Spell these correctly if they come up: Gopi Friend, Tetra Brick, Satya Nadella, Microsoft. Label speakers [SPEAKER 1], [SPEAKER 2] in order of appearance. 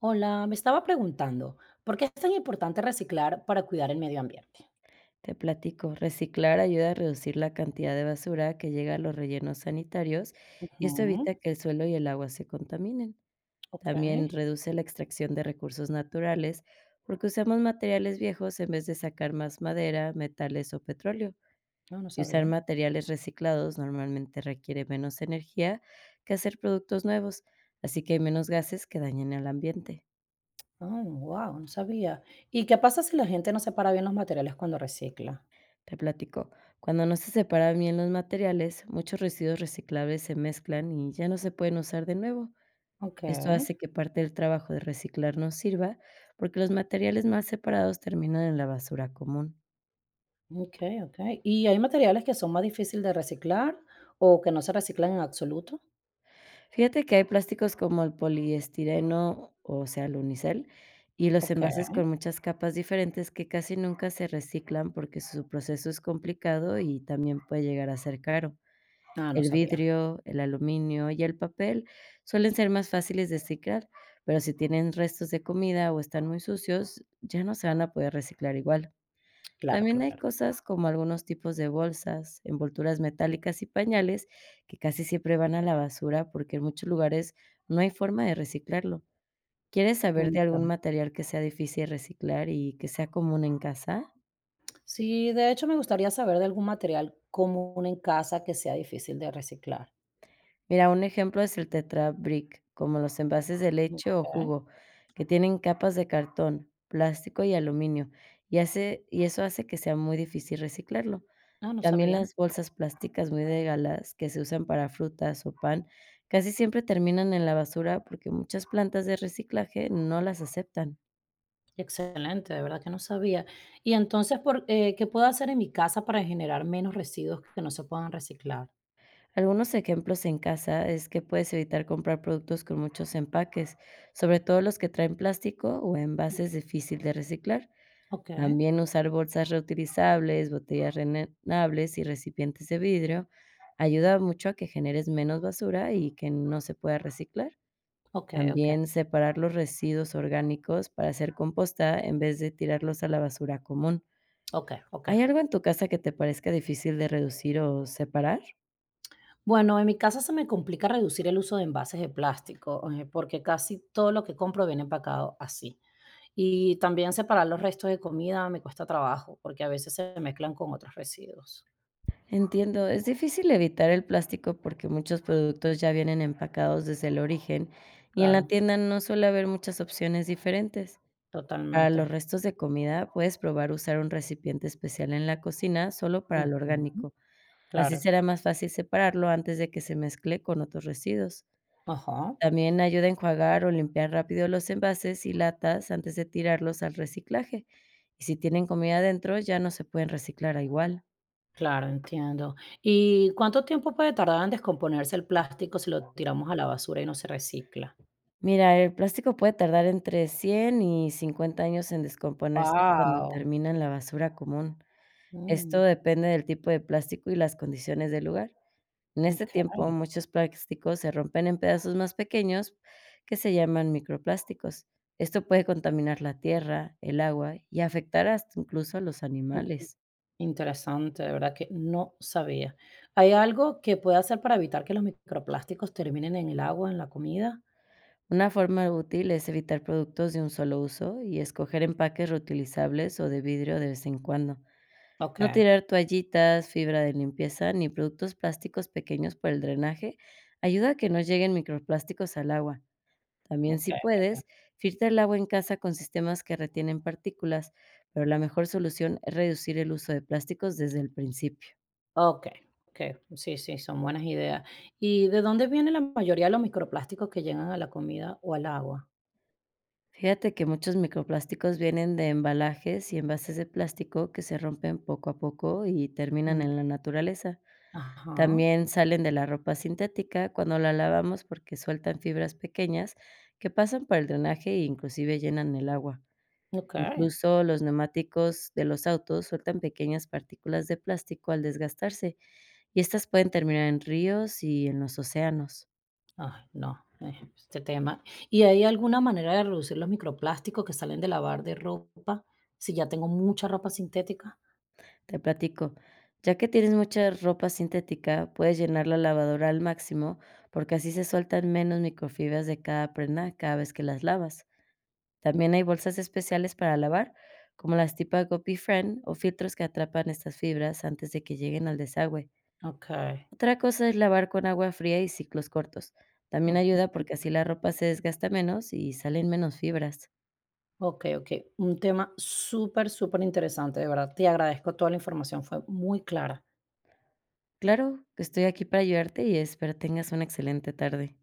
[SPEAKER 1] Hola, me estaba preguntando, ¿por qué es tan importante reciclar para cuidar el medio ambiente?
[SPEAKER 2] Te platico, reciclar ayuda a reducir la cantidad de basura que llega a los rellenos sanitarios y esto
[SPEAKER 1] Ujú.
[SPEAKER 2] evita que el suelo y el agua se contaminen.
[SPEAKER 1] Ok.
[SPEAKER 2] También reduce la extracción de recursos naturales porque usamos materiales viejos en vez de sacar más madera, metales o petróleo.
[SPEAKER 1] No, no
[SPEAKER 2] Y usar
[SPEAKER 1] sabía.
[SPEAKER 2] materiales reciclados normalmente requiere menos energía que hacer productos nuevos, así que hay menos gases que dañen al ambiente.
[SPEAKER 1] Wow, no sabía. ¿Y qué pasa si la gente no separa bien los materiales cuando recicla?
[SPEAKER 2] Te platico, cuando no se separan bien los materiales, muchos residuos reciclables se mezclan y ya no se pueden usar de nuevo.
[SPEAKER 1] Ok,
[SPEAKER 2] Esto hace que parte del trabajo de reciclar no sirva porque los materiales más separados terminan en la basura común.
[SPEAKER 1] ok, ok. ¿Y hay materiales que son más difíciles de reciclar o que no se reciclan en absoluto?
[SPEAKER 2] Fíjate que hay plásticos como el poliestireno, o sea, el unicel, y los
[SPEAKER 1] Ok,
[SPEAKER 2] envases con muchas capas diferentes que casi nunca se reciclan porque su proceso es complicado y también puede llegar a ser caro.
[SPEAKER 1] ah, no
[SPEAKER 2] El
[SPEAKER 1] sabía.
[SPEAKER 2] vidrio, el aluminio y el papel suelen ser más fáciles de reciclar, pero si tienen restos de comida o están muy sucios, ya no se van a poder reciclar igual.
[SPEAKER 1] Claro,
[SPEAKER 2] También hay
[SPEAKER 1] claro.
[SPEAKER 2] cosas como algunos tipos de bolsas, envolturas metálicas y pañales que casi siempre van a la basura porque en muchos lugares no hay forma de reciclarlo. ¿Quieres saber de algún
[SPEAKER 1] Ok.
[SPEAKER 2] material que sea difícil reciclar y que sea común en casa?
[SPEAKER 1] Sí, de hecho me gustaría saber de algún material común en casa que sea difícil de reciclar.
[SPEAKER 2] Mira, un ejemplo es el Tetra Brick, como los envases de leche o
[SPEAKER 1] Ok.
[SPEAKER 2] jugo, que tienen capas de cartón, plástico y aluminio, y eso hace que sea muy difícil reciclarlo.
[SPEAKER 1] Ah, no
[SPEAKER 2] También
[SPEAKER 1] sabía.
[SPEAKER 2] las bolsas plásticas muy delgadas que se usan para frutas o pan casi siempre terminan en la basura porque muchas plantas de reciclaje no las aceptan.
[SPEAKER 1] Excelente, de verdad que no sabía. Y entonces, ¿qué puedo hacer en mi casa para generar menos residuos que no se puedan reciclar?
[SPEAKER 2] Algunos ejemplos en casa es que puedes evitar comprar productos con muchos empaques, sobre todo los que traen plástico o envases difícil de reciclar.
[SPEAKER 1] Ok,
[SPEAKER 2] También usar bolsas reutilizables, botellas rellenables y recipientes de vidrio ayuda mucho a que generes menos basura y que no se pueda reciclar.
[SPEAKER 1] ok, ok,
[SPEAKER 2] También separar los residuos orgánicos para hacer composta en vez de tirarlos a la basura común.
[SPEAKER 1] ok, ok.
[SPEAKER 2] ¿Hay algo en tu casa que te parezca difícil de reducir o separar?
[SPEAKER 1] Bueno, en mi casa se me complica reducir el uso de envases de plástico, porque casi todo lo que compro viene empacado así. Y también separar los restos de comida me cuesta trabajo, porque a veces se mezclan con otros residuos.
[SPEAKER 2] Entiendo, es difícil evitar el plástico porque muchos productos ya vienen empacados desde el origen y en la
[SPEAKER 1] Claro,
[SPEAKER 2] tienda no suele haber muchas opciones diferentes. Para
[SPEAKER 1] totalmente.
[SPEAKER 2] los restos de comida, puedes probar usar un recipiente especial en la cocina solo para lo
[SPEAKER 1] Ujú,
[SPEAKER 2] orgánico. Así
[SPEAKER 1] claro.
[SPEAKER 2] será más fácil separarlo antes de que se mezcle con otros residuos.
[SPEAKER 1] Ajá.
[SPEAKER 2] También ayuda a enjuagar o limpiar rápido los envases y latas antes de tirarlos al reciclaje. Y si tienen comida dentro, ya no se pueden reciclar a igual.
[SPEAKER 1] Claro, entiendo. ¿Y cuánto tiempo puede tardar en descomponerse el plástico si lo tiramos a la basura y no se recicla?
[SPEAKER 2] Mira, el plástico puede tardar entre 100 y 50 años en descomponerse cuando
[SPEAKER 1] Wow,
[SPEAKER 2] termina en la basura común. Esto
[SPEAKER 1] mm,
[SPEAKER 2] depende del tipo de plástico y las condiciones del lugar. En este
[SPEAKER 1] okey,
[SPEAKER 2] tiempo, muchos plásticos se rompen en pedazos más pequeños que se llaman microplásticos. Esto puede contaminar la tierra, el agua y afectar hasta incluso a los animales.
[SPEAKER 1] interesante, de verdad que no sabía. ¿Hay algo que pueda hacer para evitar que los microplásticos terminen en el agua, en la comida?
[SPEAKER 2] Una forma útil es evitar productos de un solo uso y escoger empaques reutilizables o de vidrio de vez en cuando. No
[SPEAKER 1] Okey,
[SPEAKER 2] tirar toallitas, fibra de limpieza ni productos plásticos pequeños por el drenaje ayuda a que no lleguen microplásticos al agua. También, si
[SPEAKER 1] okey,
[SPEAKER 2] puedes, filtra el agua en casa con sistemas que retienen partículas, pero la mejor solución es reducir el uso de plásticos desde el principio.
[SPEAKER 1] okey, okey. Sí, sí, son buenas ideas. ¿Y de dónde viene la mayoría de los microplásticos que llegan a la comida o al agua?
[SPEAKER 2] Fíjate que muchos microplásticos vienen de embalajes y envases de plástico que se rompen poco a poco y terminan
[SPEAKER 1] Mm,
[SPEAKER 2] en la naturaleza.
[SPEAKER 1] ajá,
[SPEAKER 2] También salen de la ropa sintética cuando la lavamos porque sueltan fibras pequeñas que pasan por el drenaje e inclusive llenan el agua.
[SPEAKER 1] okey.
[SPEAKER 2] Incluso los neumáticos de los autos sueltan pequeñas partículas de plástico al desgastarse y estas pueden terminar en ríos y en los océanos.
[SPEAKER 1] Ay, no, este tema. ¿Y hay alguna manera de reducir los microplásticos que salen de lavar de ropa si ya tengo mucha ropa sintética?
[SPEAKER 2] Te platico, ya que tienes mucha ropa sintética, puedes llenar la lavadora al máximo porque así se sueltan menos microfibras de cada prenda cada vez que las lavas. También hay bolsas especiales para lavar, como las tipo Gopi Friend, o filtros que atrapan estas fibras antes de que lleguen al desagüe.
[SPEAKER 1] Okey.
[SPEAKER 2] Otra cosa es lavar con agua fría y ciclos cortos. También
[SPEAKER 1] Ujú.
[SPEAKER 2] ayuda porque así la ropa se desgasta menos y salen menos fibras.
[SPEAKER 1] Okey, okey. Un tema súper, súper interesante, de verdad. Te agradezco toda la información, fue muy clara.
[SPEAKER 2] Claro que estoy aquí para ayudarte y espero tengas una excelente tarde.